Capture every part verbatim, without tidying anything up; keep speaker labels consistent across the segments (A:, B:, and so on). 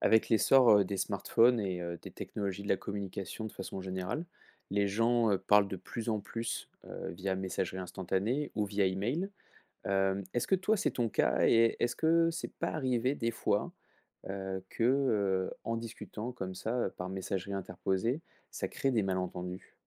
A: Avec l'essor, heu, des smartphones et heu, des technologies de la communication de façon générale, les gens, heu, parlent de plus en plus, heu, via messagerie instantanée ou via email. Hem, est-ce que toi, c'est ton cas et est-ce que c'est pas arrivé des fois, heu, que, heu, en discutant comme ça, heu, par messagerie interposée, ça crée des malentendus?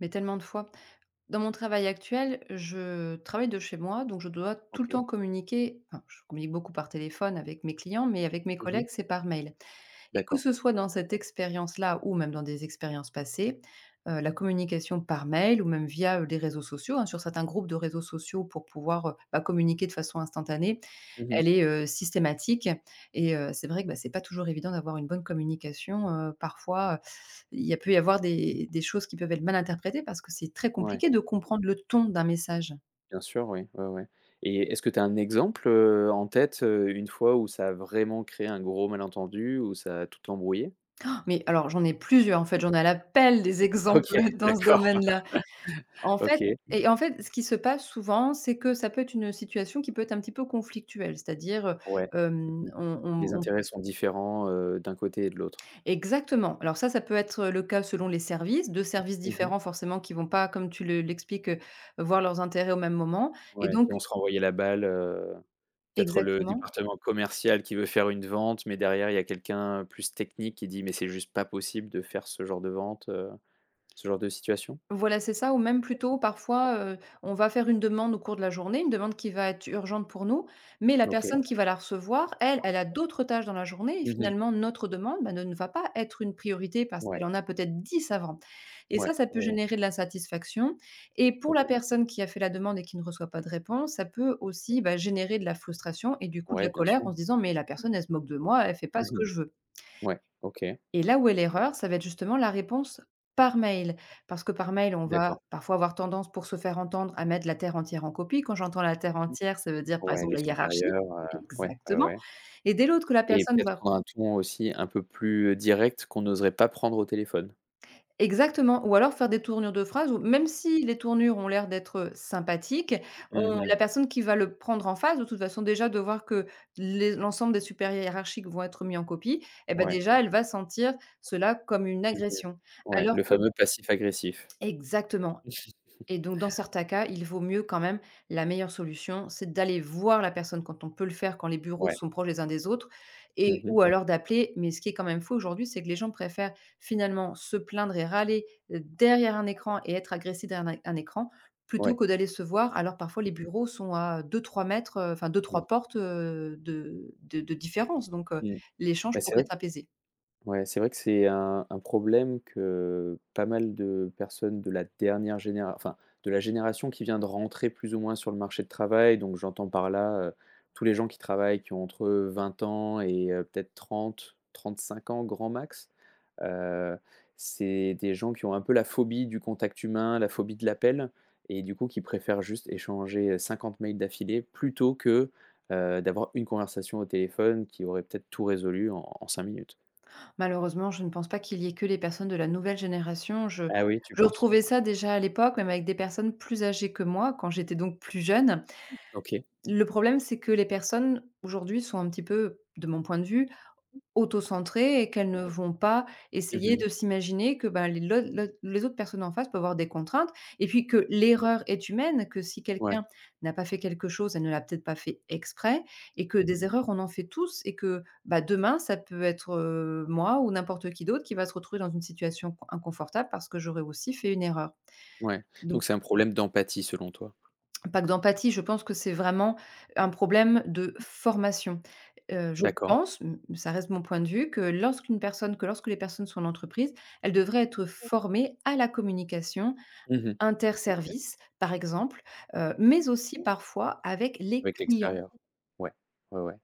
B: Mais tellement de fois. Dans mon travail actuel, je travaille de chez moi, donc je dois tout le
A: OK.
B: temps communiquer. Enfin, je communique beaucoup par téléphone avec mes clients, mais avec mes
A: Mmh.
B: collègues, c'est par mail. Et que
A: D'accord.
B: ce soit dans cette expérience-là ou même dans des expériences passées, euh, la communication par mail ou même via euh, les réseaux sociaux, hein, sur certains groupes de réseaux sociaux pour pouvoir euh, bah, communiquer de façon instantanée,
A: Mmh.
B: elle est euh, systématique. Et euh, c'est vrai que bah, c'est pas toujours évident d'avoir une bonne communication. Euh, parfois, il y a peut y avoir des des choses qui peuvent être mal interprétées parce que c'est très
A: Ouais.
B: compliqué de comprendre le ton d'un message.
A: Bien sûr, oui, ouais, ouais, et est-ce que tu as un exemple, heu, en tête, heu, une fois où ça a vraiment créé un gros malentendu, où ça a tout embrouillé?
B: Mais alors j'en ai plusieurs en fait, j'en ai à la pelle des
A: OK,
B: exemples dans ce
A: d'accord.
B: domaine-là. En fait
A: OK,
B: et en fait, ce qui se passe souvent, c'est que ça peut être une situation qui peut être un petit peu conflictuelle, c'est-à-dire,
A: ouais.
B: heu,
A: Mmh.
B: on
A: Les
B: on on
A: intérêts sont différents, heu, d'un côté et de l'autre.
B: exactement. Alors ça, ça peut être le cas selon les services, deux services
A: Mmh.
B: différents forcément qui vont pas, comme tu le l'expliques, heu, voir leurs intérêts au même moment et
A: Ouais,
B: donc
A: qui vont se renvoyer la balle, heu, peut-être le
B: exactement.
A: département commercial qui veut faire une vente, mais derrière il y a quelqu'un plus technique qui dit: «Mais c'est juste pas possible de faire ce genre de vente», heu, ce genre de situation?
B: Voilà, c'est ça ou même plutôt parfois, heu, on va faire une demande au cours de la journée, une demande qui va être urgente pour nous, mais la
A: OK.
B: personne qui va la recevoir, elle, elle a d'autres tâches dans la journée et
A: Mmh.
B: finalement notre demande, bah, ne ne va pas être une priorité parce qu'elle
A: Ouais,
B: en a peut-être dix avant. Et
A: ouais,
B: ça, ça peut
A: ouais, ouais.
B: générer de l'insatisfaction et pour la
A: OK.
B: personne qui a fait la demande et qui ne reçoit pas de réponse, ça peut aussi, bah, générer de la frustration et du coup de la
A: Ouais, bien
B: colère
A: sûr.
B: en se disant: «Mais la personne, elle se moque de moi, elle fait pas ce que je veux».
A: Ouais, OK,
B: Et là où est l'erreur, ça va être justement la réponse par mail. Parce que par mail, on va
A: d'accord.
B: parfois avoir tendance, pour se faire entendre, à mettre la terre entière en copie. Quand j'entends la terre
A: Mmh.
B: entière, ça veut dire, par
A: Ouais,
B: exemple,
A: les
B: la hiérarchie.
A: supérieurs, heu, ouais, ouais,
B: Exactement.
A: ouais,
B: Et dès l'autre que la
A: et
B: personne
A: peut-être
B: va
A: prendre un ton aussi un peu plus, heu, direct qu'on n'oserait pas prendre au téléphone.
B: exactement, ou alors faire des tournures de phrases où même si les tournures ont l'air d'être sympathiques,
A: Mmh
B: on
A: mh.
B: la personne qui va le prendre en face, de toute façon, déjà de voir que les l'ensemble des supérieurs hiérarchiques vont être mis en copie, et ben
A: Ouais.
B: déjà, elle va sentir cela comme une
A: Mmh mh.
B: agression.
A: Ouais,
B: Alors
A: le
B: que
A: fameux passif agressif.
B: exactement. Et donc dans certains cas, il vaut mieux quand même la meilleure solution, c'est d'aller voir la personne quand on peut le faire, quand les bureaux
A: Ouais.
B: sont proches les uns des autres
A: Mmh
B: et ou
A: mh.
B: alors d'appeler. Mais ce qui est quand même fou aujourd'hui, c'est que les gens préfèrent finalement se plaindre et râler, heu, derrière un écran et être agressés derrière un un écran, plutôt
A: Ouais,
B: que d'aller se voir. Alors parfois les bureaux sont à deux-trois mètres, heu, enfin deux-trois
A: ouais.
B: portes, heu, de de de différence donc heu,
A: Mmh.
B: l'échange
A: Bah, c'est
B: pourrait
A: vrai.
B: être apaisé.
A: Ouais, c'est vrai que c'est un un problème que pas mal de personnes de la dernière génération, enfin, de la génération qui vient de rentrer plus ou moins sur le marché de travail, donc j'entends par là, heu, tous les gens qui travaillent, qui ont entre vingt ans et heu, peut-être trente, trente-cinq ans grand max. Heu, c'est des gens qui ont un peu la phobie du contact humain, la phobie de l'appel et du coup qui préfèrent juste échanger, cinquante mails d'affilée plutôt que, heu, d'avoir une conversation au téléphone qui aurait peut-être tout résolu en en cinq minutes.
B: Malheureusement, je ne pense pas qu'il y ait que les personnes de la nouvelle génération. Je
A: Ah oui, tu
B: je
A: penses?
B: retrouvais ça déjà à l'époque, même avec des personnes plus âgées que moi, quand j'étais donc plus jeune.
A: OK.
B: Le problème, c'est que les personnes, aujourd'hui, sont un petit peu, de mon point de vue, auto-centrées et qu'elles ne vont pas essayer
A: Mmh.
B: de s'imaginer que, bah, les l'au l'au les autres personnes en face peuvent avoir des contraintes et puis que l'erreur est humaine, que si
A: Ouais.
B: quelqu'un n'a pas fait quelque chose, elle ne l'a peut-être pas fait exprès et que des
A: Mmh.
B: erreurs, on en fait tous et que, bah, demain, ça peut être, heu, moi ou n'importe qui d'autre qui va se retrouver dans une situation con inconfortable parce que j'aurais aussi fait une erreur.
A: Ouais. Donc c'est un problème d'empathie selon toi?
B: Pas que d'empathie, je pense que c'est vraiment un problème de formation. Heu, je
A: D'accord.
B: pense, m ça reste mon point de vue, que lorsqu'une personne que lorsque les personnes sont en entreprise, elles devraient être formées à la communication
A: Mmh. OK.
B: interservices, par exemple, heu, mais aussi parfois avec les
A: Avec
B: clients.
A: l'extérieur. Ouais. Ouais, ouais.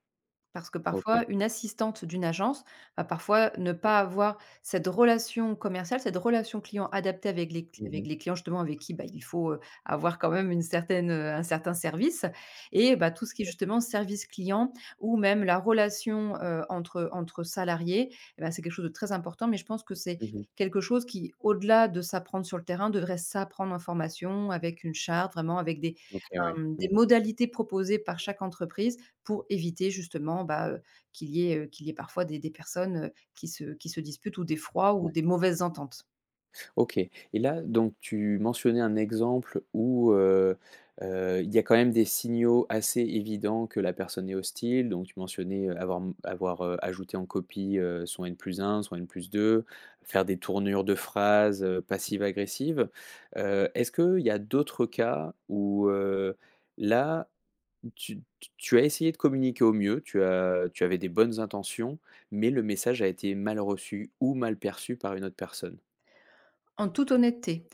B: Parce que
A: OK.
B: parfois, une assistante d'une agence va parfois ne pas avoir cette relation commerciale, cette relation client adaptée avec les cl
A: Mmh
B: avec
A: mh.
B: les clients justement avec qui, bah, il faut, heu, avoir quand même une certaine, heu, un certain service et bah, tout ce qui est justement service client ou même la relation, heu, entre entre salariés et bah, c'est quelque chose de très important. Mais je pense que c'est
A: Mmh.
B: quelque chose qui, au-delà de s'apprendre sur le terrain, devrait s'apprendre en formation avec une charte, vraiment avec des,
A: OK, ouais.
B: hem, des
A: Mmh.
B: modalités proposées par chaque entreprise pour éviter justement, bah, heu, qu'il y ait, heu, qu'il y ait parfois des des personnes, heu, qui se qui se disputent ou des froids ou
A: Ouais.
B: des mauvaises ententes.
A: OK. Et là, donc tu mentionnais un exemple où, heu heu, il y a quand même des signaux assez évidents que la personne est hostile. Donc tu mentionnais, heu, avoir avoir, heu, ajouté en copie, heu, son N plus un, son N plus deux, faire des tournures de phrases, heu, passives-agressives. Heu, est-ce qu'il y a d'autres cas où, heu, là, tu tu as essayé de communiquer au mieux, tu as tu avais des bonnes intentions, mais le message a été mal reçu ou mal perçu par une autre personne?
B: En toute honnêteté,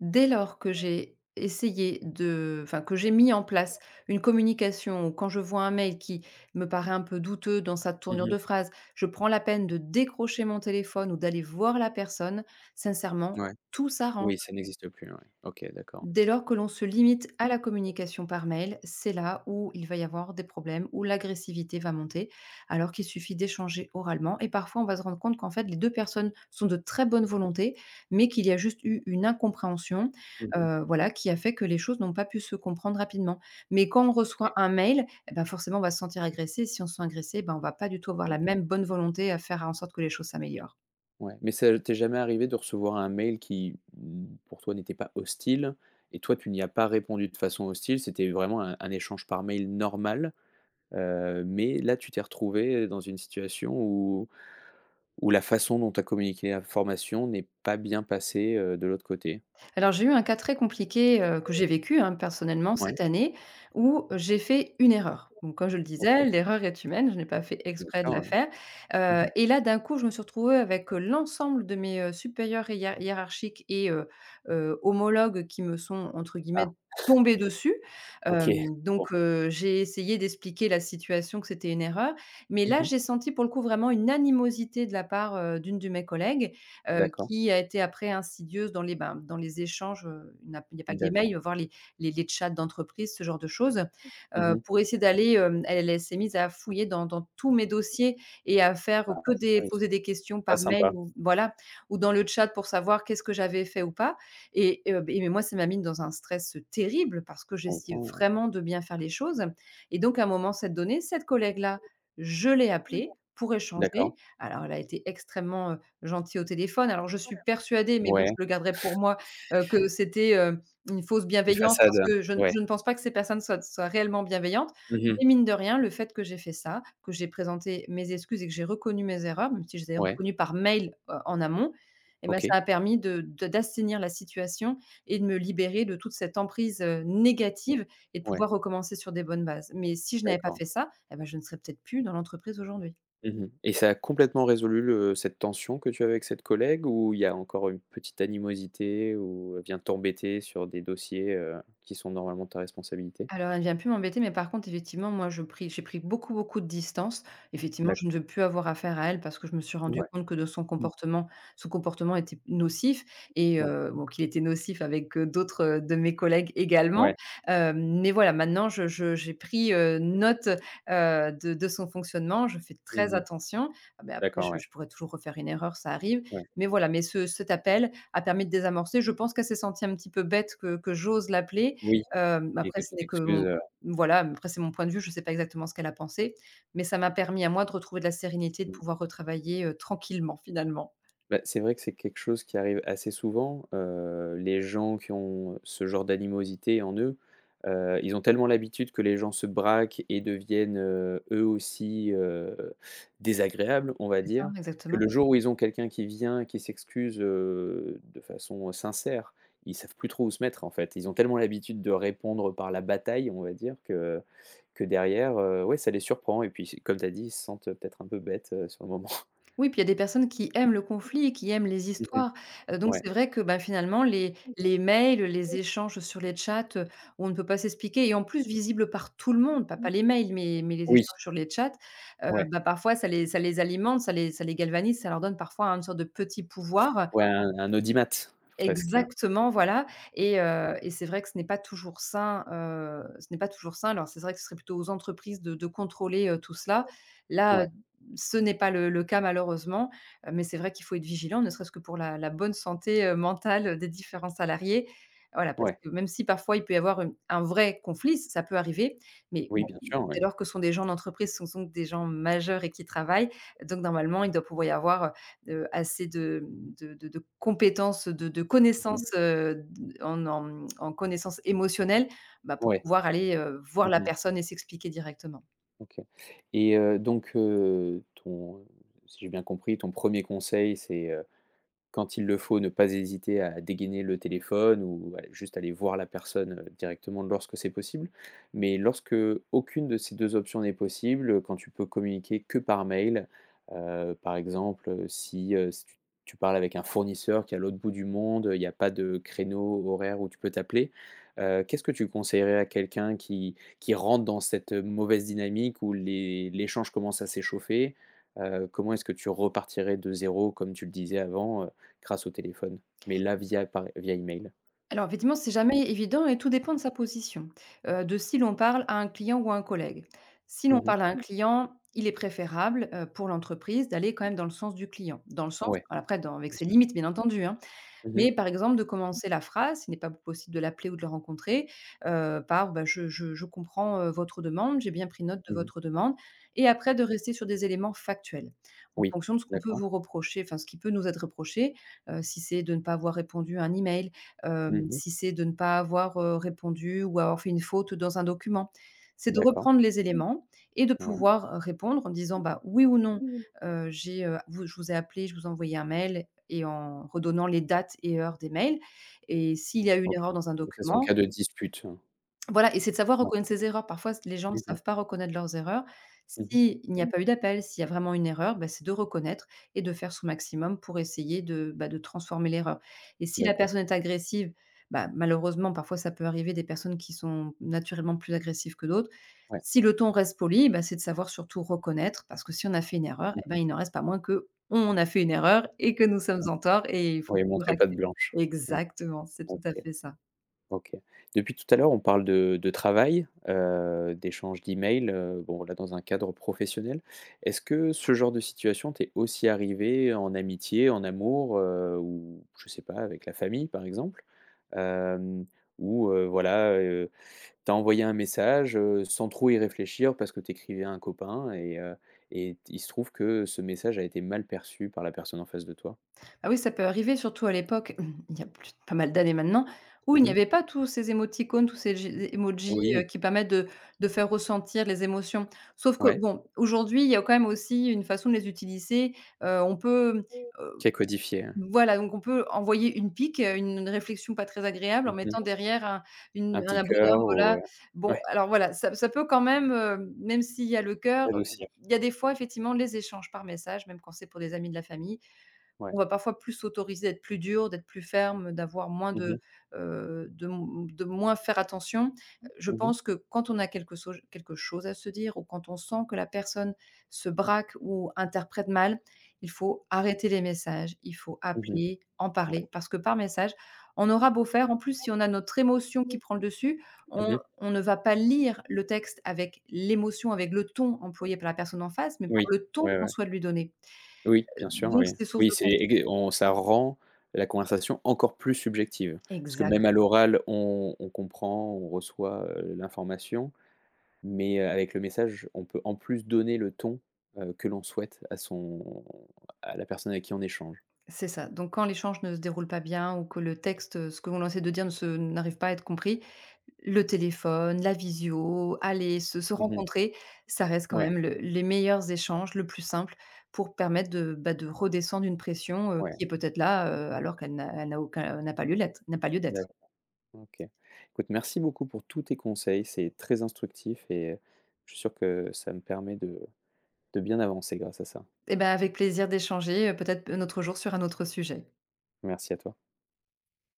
B: dès lors que j'ai essayé de enfin, que j'ai mis en place une communication ou quand je vois un mail qui me paraît un peu douteux dans sa tournure
A: Mmh.
B: de phrase, je prends la peine de décrocher mon téléphone ou d'aller voir la personne, sincèrement,
A: Ouais.
B: tout s'arrange.
A: Oui, ça n'existe plus, ouais. OK, d'accord.
B: Dès lors que l'on se limite à la communication par mail, c'est là où il va y avoir des problèmes, où l'agressivité va monter, alors qu'il suffit d'échanger oralement. Et parfois, on va se rendre compte qu'en fait, les deux personnes sont de très bonne volonté, mais qu'il y a juste eu une incompréhension,
A: Mmh mh.
B: heu, voilà, qui a fait que les choses n'ont pas pu se comprendre rapidement. Mais quand on reçoit
A: OK.
B: un mail, eh ben, forcément, on va se sentir agressé. Si on se sent agressé, eh ben, on va pas du tout avoir
A: Mmh
B: la
A: mh.
B: même bonne volonté à faire en sorte que les choses s'améliorent.
A: Ouais, mais ça t'est jamais arrivé de recevoir un mail qui, mmh, pour toi n'était pas hostile, et toi tu n'y as pas répondu de façon hostile, c'était vraiment un un échange par mail normal, heu, mais là tu t'es retrouvé dans une situation où où la façon dont tu as communiqué l'information n'est pas bien passée, heu, de l'autre côté?
B: Alors j'ai eu un cas très compliqué, heu, que j'ai vécu, hein, personnellement
A: Ouais,
B: cette année où j'ai fait une erreur. Donc comme je le disais,
A: OK,
B: l'erreur est humaine, je n'ai pas fait
A: bien
B: exprès de
A: sûr,
B: la
A: oui.
B: faire,
A: Mmh
B: heu
A: mh.
B: et là d'un coup je me suis retrouvée avec, heu, l'ensemble de mes, heu, supérieurs et hiér hiérarchiques et heu heu, homologues qui me sont entre
A: Ah,
B: guillemets «tombés dessus».
A: OK,
B: Hem,
A: bon.
B: donc heu, j'ai essayé d'expliquer la situation que c'était une erreur, mais
A: Mmh
B: là
A: mh.
B: j'ai senti pour le coup vraiment une animosité de la part, heu, d'une de mes collègues heu,
A: D'accord,
B: qui a été après insidieuse dans les ben, dans les échanges, heu, il n'a il y a pas que les mails,
A: d'accord.
B: voir les les les chats d'entreprise, ce genre de choses,
A: Mmh
B: heu,
A: mh.
B: pour essayer d'aller, hem, elle elle s'est mise à fouiller dans dans tous mes dossiers et à faire
A: Ah
B: que des
A: oui,
B: poser des questions
A: pas
B: par mail
A: sympa,
B: ou voilà, ou dans le chat pour savoir qu'est-ce que j'avais fait ou pas et heu, beh, mais moi ça m'a mise dans un stress terrible parce que
A: je
B: j'essayais
A: comprends, ouais.
B: vraiment de bien faire les choses et donc à un moment, cette donnée, cette collègue-là, je l'ai appelée pour
A: D'accord.
B: échanger. Alors elle a été extrêmement, heu, gentil au téléphone. Alors je suis persuadée, mais bon, je
A: Ouais,
B: le garderai pour moi, heu, que c'était, heu, une fausse
A: une
B: bienveillance
A: façade,
B: parce
A: heu,
B: que je ne
A: ouais.
B: je ne pense pas que ces personnes soient soient réellement bienveillantes.
A: Mmh mh.
B: Mais mine de rien, le fait que j'ai fait ça, que j'ai présenté mes excuses et que j'ai reconnu mes erreurs, même si je les ai
A: Ouais,
B: reconnues par mail, heu, en amont, eh bah, ça
A: OK,
B: a permis de de d'assainir la situation et de me libérer de toute cette emprise, heu, négative et de
A: ouais,
B: pouvoir recommencer sur des bonnes bases. Mais si je n'avais pas
A: d'accord.
B: fait ça, eh bah, je ne serais peut-être plus dans l'entreprise aujourd'hui.
A: Mmh mh. Et ça a complètement résolu le cette tension que tu avais avec cette collègue, ou il y a encore une petite animosité ou elle vient t'embêter sur des dossiers, heu, qui sont normalement de ta responsabilité?
B: Alors elle vient plus m'embêter, mais par contre effectivement moi je pris j'ai pris beaucoup, beaucoup de distance. Effectivement,
A: D'accord.
B: je ne veux plus avoir affaire à elle parce que je me suis rendu
A: Ouais.
B: compte que de son
A: Mmh.
B: comportement, son comportement était nocif et
A: Ouais.
B: heu, bon qu'il était nocif avec, heu, d'autres, heu, de mes collègues également.
A: Ouais.
B: Heu, mais voilà, maintenant je je j'ai pris, heu, note, heu, de de son fonctionnement. Je fais très
A: Mmh mh.
B: attention. Ah beh, après
A: D'accord,
B: je
A: ouais.
B: je pourrais toujours refaire une erreur, ça arrive.
A: Ouais.
B: Mais voilà, mais ce cet appel a permis de désamorcer. Je pense qu'elle s'est sentie un petit peu bête que que j'ose l'appeler.
A: Oui
B: Hem,
A: et
B: après
A: que
B: ce
A: tu
B: n'est que
A: t'excuses,
B: mon
A: heu
B: voilà, après c'est mon point de vue, je sais pas exactement ce qu'elle a pensé, mais ça m'a permis à moi de retrouver de la sérénité, de pouvoir retravailler, heu, tranquillement finalement.
A: Bah, c'est vrai que c'est quelque chose qui arrive assez souvent. Heu, les gens qui ont ce genre d'animosité en eux, heu, ils ont tellement l'habitude que les gens se braquent et deviennent, heu, eux aussi, heu, désagréables, on va
B: C'est ça,
A: dire, que
B: exactement.
A: le jour où ils ont quelqu'un qui vient, qui s'excuse, heu, de façon sincère, ils savent plus trop où se mettre, en fait. Ils ont tellement l'habitude de répondre par la bataille, on va dire, que que derrière, heu, ouais, ça les surprend et puis, comme tu as dit, ils se sentent peut-être un peu bêtes, heu, sur le moment.
B: Oui, puis il y a des personnes qui aiment le conflit, qui aiment les
A: Mmh.
B: histoires. Heu, donc
A: Ouais.
B: c'est vrai que, bah, finalement les les mails, les échanges sur les chats, heu, où on ne peut pas s'expliquer et en plus visibles par tout le monde, pas pas les mails, mais mais les
A: Oui,
B: échanges sur les chats, heu,
A: ouais,
B: bah, parfois ça les ça les alimente, ça les ça les galvanise, ça leur donne parfois une sorte de petit pouvoir.
A: ouais, un un audimat presque, hein.
B: Exactement, voilà. Et heu et c'est vrai que ce n'est pas toujours sain, heu, ce n'est pas toujours sain. Alors c'est vrai que ce serait plutôt aux entreprises de de contrôler, heu, tout cela. Là, heu,
A: Ouais,
B: ce n'est pas le le cas, malheureusement. Heu, mais c'est vrai qu'il faut être vigilant, ne serait-ce que pour la la bonne santé, heu, mentale des différents salariés. Voilà, parce
A: ouais,
B: que même si parfois il peut y avoir une un vrai conflit, ça peut arriver, mais
A: oui,
B: bon,
A: bien sûr,
B: dès
A: oui.
B: lors que ce sont des gens d'entreprise, ce sont des gens majeurs et qui travaillent, donc normalement, il doit pouvoir y avoir, heu, assez de de de de compétences, de de
A: Mmh.
B: connaissances, heu, d en en, mmh, en connaissances émotionnelles, bah, pour
A: Ouais,
B: pouvoir aller, heu, voir la
A: mmh.
B: personne et s'expliquer directement.
A: OK. Et heu, donc heu, ton si j'ai bien compris, ton premier conseil, c'est, heu, quand il le faut, ne pas hésiter à dégainer le téléphone ou à juste aller voir la personne, heu, directement lorsque c'est possible. Mais lorsque aucune de ces deux options n'est possible, quand tu peux communiquer que par mail, heu, par exemple, heu, si, heu, si tu tu parles avec un fournisseur qui est à l'autre bout du monde, il n'y a pas de créneau horaire où tu peux t'appeler. Heu, qu'est-ce que tu conseillerais à quelqu'un qui qui rentre dans cette mauvaise dynamique où les l'échange commence à s'échauffer? Heu, comment est-ce que tu repartirais de zéro, comme tu le disais avant, euh, grâce au téléphone, mais là via par via email.
B: Alors effectivement, c'est jamais évident et tout dépend de sa position, heu, de si l'on parle à un client ou à un collègue. Si
A: Mmh
B: l'on parle à
A: mh.
B: un client, il est préférable, heu, pour l'entreprise d'aller quand même dans le sens du client, dans le sens
A: Ouais,
B: alors après dans avec
A: bien
B: ses
A: sûr.
B: limites, bien entendu, hein.
A: Mmh mh.
B: Mais par exemple, de commencer la phrase, s'il n'est pas possible de l'appeler ou de le rencontrer, heu, par, bah, je je je comprends, heu, votre demande, j'ai bien pris note de
A: Mmh mh.
B: votre demande, et après de rester sur des éléments factuels. En
A: Oui,
B: fonction de ce qu'on peut
A: d'accord.
B: vous reprocher, enfin ce qui peut nous être reproché, heu, si c'est de ne pas avoir répondu à un email,
A: Mmh
B: hem,
A: mh.
B: si c'est de ne pas avoir, heu, répondu ou avoir fait une faute dans un document. C'est de
A: D'accord.
B: reprendre les éléments et de
A: Ouais.
B: pouvoir euh, répondre en disant, bah: «Oui ou non, heu, j'ai, heu, vous je vous ai appelé, je vous ai envoyé un mail et en redonnant les dates et heures des mails et s'il y a eu une
A: OK.
B: erreur dans un
A: Donc ça, c'est en
B: document».
A: cas de dispute, hein.
B: Voilà, et c'est de savoir
A: Ouais.
B: reconnaître ses erreurs. Parfois les gens ne
A: Mmh
B: savent
A: mh.
B: pas reconnaître leurs erreurs.
A: Mmh mh.
B: S'il n'y a pas eu d'appel, s'il y a vraiment une erreur, bah, c'est de reconnaître et de faire son maximum pour essayer de, bah, de transformer l'erreur. Et si la
A: D'accord.
B: personne est agressive, bah, malheureusement parfois ça peut arriver, des personnes qui sont naturellement plus agressives que d'autres.
A: Ouais.
B: Si le ton reste poli, bah, c'est de savoir surtout reconnaître, parce que si on a fait une erreur,
A: Mmh
B: et ben,
A: mh.
B: il n'en reste pas moins que on a fait une erreur et que nous sommes
A: Mmh.
B: en tort et il faut
A: Oui,
B: pouvoir
A: montrer patte
B: accep...
A: blanche. Ouais,
B: Exactement, c'est tout à
A: OK.
B: fait ça.
A: OK. Depuis tout à l'heure, on parle de de travail, heu, d'échange d'emails, heu, bon là dans un cadre professionnel. Est-ce que ce genre de situation t'est aussi arrivé en amitié, en amour, heu, ou je sais pas avec la famille par exemple? Hem, où, heu, voilà, heu, tu envoyé un message, heu, sans trop y réfléchir parce que t'écrivais à un copain et heu et il se trouve que ce message a été mal perçu par la personne en face de toi?
B: Ah oui, ça peut arriver, surtout à l'époque, il y a plus pas mal d'années maintenant, où il n'y
A: Mmh.
B: avait pas tous ces émoticônes, tous ces gé emojis, heu,
A: Oui,
B: qui permettent de de faire ressentir les émotions. Sauf que
A: ouais.
B: bon, aujourd'hui, il y a quand même aussi une façon de les utiliser. Heu, on peut, heu,
A: Qui a codifié, hein.
B: voilà, donc on peut envoyer une pique, heu, une une réflexion pas très agréable en mettant derrière un une
A: Un petit
B: un
A: cœur
B: bonhomme,
A: ou
B: voilà.
A: heu,
B: Bon,
A: ouais,
B: alors voilà, ça ça peut quand même, heu, même s'il y a le cœur,
A: adoucir,
B: il y a des fois effectivement les échanges par message, même quand c'est pour des amis de la famille,
A: ouais.
B: on va parfois plus s'autoriser d'être plus dur, d'être plus ferme, d'avoir moins
A: Mmh
B: de,
A: mh.
B: heu, de m de moins faire attention. Je
A: Mmh mh.
B: pense que quand on a quelque sauge quelque chose à se dire ou quand on sent que la personne se braque ou interprète mal, il faut arrêter les messages, il faut
A: Mmh mh.
B: appeler, en
A: Ouais.
B: parler, parce que par message, on aura beau faire, en plus, si on a notre émotion qui prend le dessus,
A: Mmh
B: on
A: mh.
B: on ne va pas lire le texte avec l'émotion, avec le ton employé par la personne en face, mais par
A: Oui,
B: le ton
A: ouais,
B: qu'on
A: ouais.
B: souhaite lui donner.
A: Oui,
B: Heu,
A: bien sûr,
B: donc
A: oui.
B: c'est source
A: Oui,
B: de
A: c'est
B: conflit.
A: ex on ça rend la conversation encore plus subjective. Parce que
B: Exact.
A: même à l'oral, on on comprend, on reçoit, heu, l'information, mais heu, avec le message, on peut en plus donner le ton, heu, que l'on souhaite à son à la personne avec qui on échange.
B: C'est ça. Donc quand l'échange ne se déroule pas bien ou que le texte, heu, ce que l'on essaie de dire ne se n'arrive pas à être compris, le téléphone, la visio, aller se se
A: Mmh mh.
B: rencontrer, ça reste quand
A: Ouais,
B: même le les meilleurs échanges, le plus simple pour permettre de, bah, de redescendre une pression, heu,
A: ouais.
B: qui est peut-être là, heu, alors qu'elle n'a elle n'a aucun n'a pas lieu l'être n'a pas lieu
A: D'a
B: d'être.
A: OK. Écoute, merci beaucoup pour tous tes conseils, c'est très instructif et euh, je suis sûr que ça me permet de de bien avancer grâce à ça.
B: Eh ben, avec plaisir d'échanger, heu, peut-être un autre jour sur un autre sujet.
A: Merci à toi.